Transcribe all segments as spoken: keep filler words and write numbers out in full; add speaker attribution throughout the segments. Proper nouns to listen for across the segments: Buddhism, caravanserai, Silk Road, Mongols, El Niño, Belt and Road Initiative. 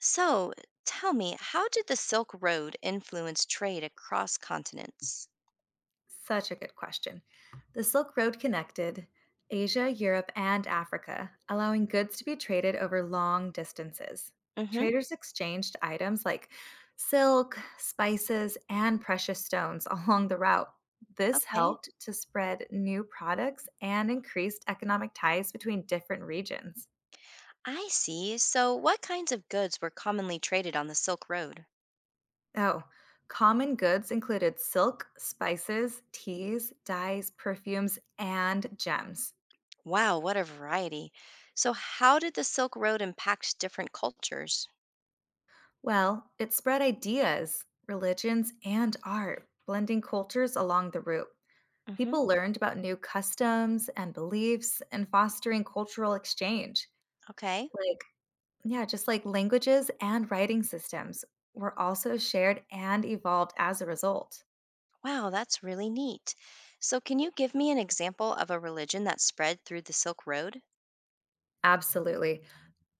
Speaker 1: So, tell me, how did the Silk Road influence trade across continents?
Speaker 2: Such a good question. The Silk Road connected Asia, Europe, and Africa, allowing goods to be traded over long distances.
Speaker 1: Hmm.
Speaker 2: Traders exchanged items like silk, spices, and precious stones along the route. This
Speaker 1: Okay.
Speaker 2: helped to spread new products and increased economic ties between different regions.
Speaker 1: I see. So, what kinds of goods were commonly traded on the Silk Road?
Speaker 2: Oh, common goods included silk, spices, teas, dyes, perfumes, and gems.
Speaker 1: Wow, what a variety. So, how did the Silk Road impact different cultures?
Speaker 2: Well, it spread ideas, religions, and art, blending cultures along the route.
Speaker 1: Hmm.
Speaker 2: People learned about new customs and beliefs and fostering cultural exchange.
Speaker 1: Okay.
Speaker 2: Like, yeah, just like languages and writing systems were also shared and evolved as a result.
Speaker 1: Wow, that's really neat. So, can you give me an example of a religion that spread through the Silk Road?
Speaker 2: Absolutely.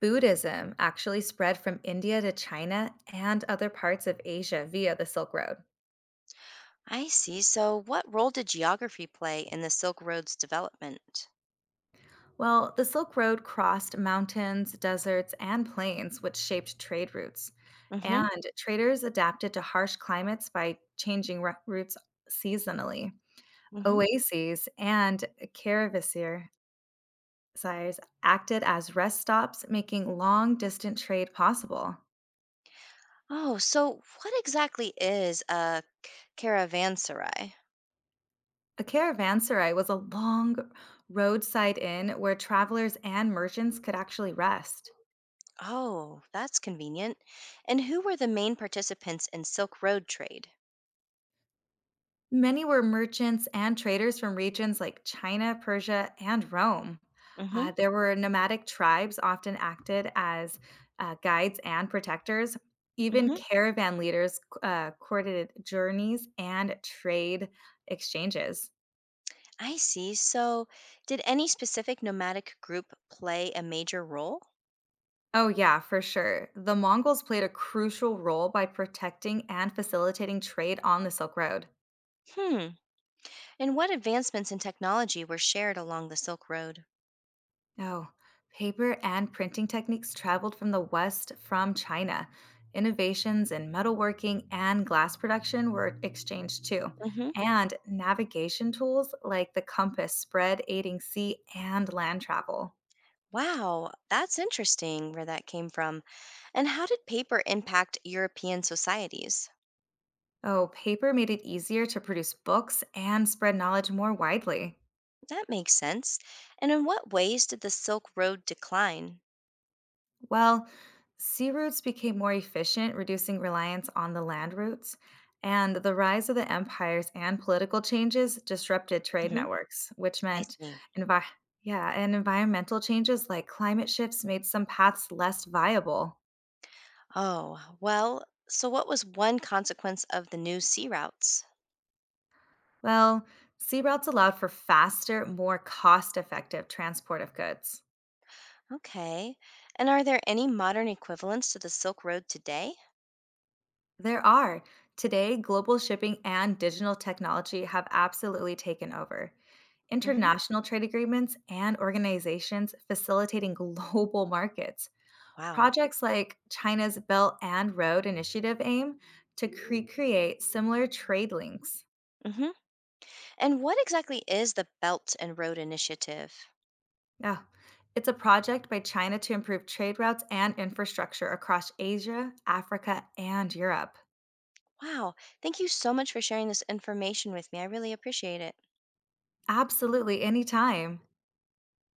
Speaker 2: Buddhism actually spread from India to China and other parts of Asia via the Silk Road.
Speaker 1: I see. So, what role did geography play in the Silk Road's development?
Speaker 2: Well, the Silk Road crossed mountains, deserts, and plains, which shaped trade routes.
Speaker 1: Hmm.
Speaker 2: And traders adapted to harsh climates by changing ru- routes seasonally.
Speaker 1: Hmm.
Speaker 2: Oases and caravasir sires acted as rest stops, making long distance trade possible.
Speaker 1: Oh, so what exactly is a caravanserai?
Speaker 2: A caravanserai was a long roadside inn where travelers and merchants could actually rest.
Speaker 1: Oh, that's convenient. And who were the main participants in Silk Road trade?
Speaker 2: Many were merchants and traders from regions like China, Persia, and Rome.
Speaker 1: Mm-hmm.
Speaker 2: Uh, there were nomadic tribes, often acted as uh, guides and protectors. Even
Speaker 1: Mm-hmm.
Speaker 2: caravan leaders uh, courted journeys and trade exchanges.
Speaker 1: I see. So, did any specific nomadic group play a major role?
Speaker 2: Oh, yeah, for sure. The Mongols played a crucial role by protecting and facilitating trade on the Silk Road.
Speaker 1: Hmm. And what advancements in technology were shared along the Silk Road?
Speaker 2: Oh, paper and printing techniques traveled from the West from China. Innovations in metalworking and glass production were exchanged too.
Speaker 1: Mm-hmm.
Speaker 2: And navigation tools like the compass spread, aiding sea and land travel.
Speaker 1: Wow, that's interesting where that came from. And how did paper impact European societies?
Speaker 2: Oh, paper made it easier to produce books and spread knowledge more widely.
Speaker 1: That makes sense. And in what ways did the Silk Road decline?
Speaker 2: Well, sea routes became more efficient, reducing reliance on the land routes, and the rise of the empires and political changes disrupted trade
Speaker 1: Hmm.
Speaker 2: networks, which
Speaker 1: I
Speaker 2: meant
Speaker 1: see.
Speaker 2: envi- yeah, and environmental changes like climate shifts made some paths less viable.
Speaker 1: Oh, well, so what was one consequence of the new sea routes?
Speaker 2: Well, sea routes allowed for faster, more cost-effective transport of goods.
Speaker 1: Okay. And are there any modern equivalents to the Silk Road today?
Speaker 2: There are. Today, global shipping and digital technology have absolutely taken over.
Speaker 1: Hmm.
Speaker 2: International trade agreements and organizations facilitating global markets.
Speaker 1: Wow.
Speaker 2: Projects like China's Belt and Road Initiative aim to cre- create similar trade links.
Speaker 1: Hmm. And what exactly is the Belt and Road Initiative?
Speaker 2: Oh, it's a project by China to improve trade routes and infrastructure across Asia, Africa, and Europe.
Speaker 1: Wow. Thank you so much for sharing this information with me. I really appreciate it.
Speaker 2: Absolutely, anytime.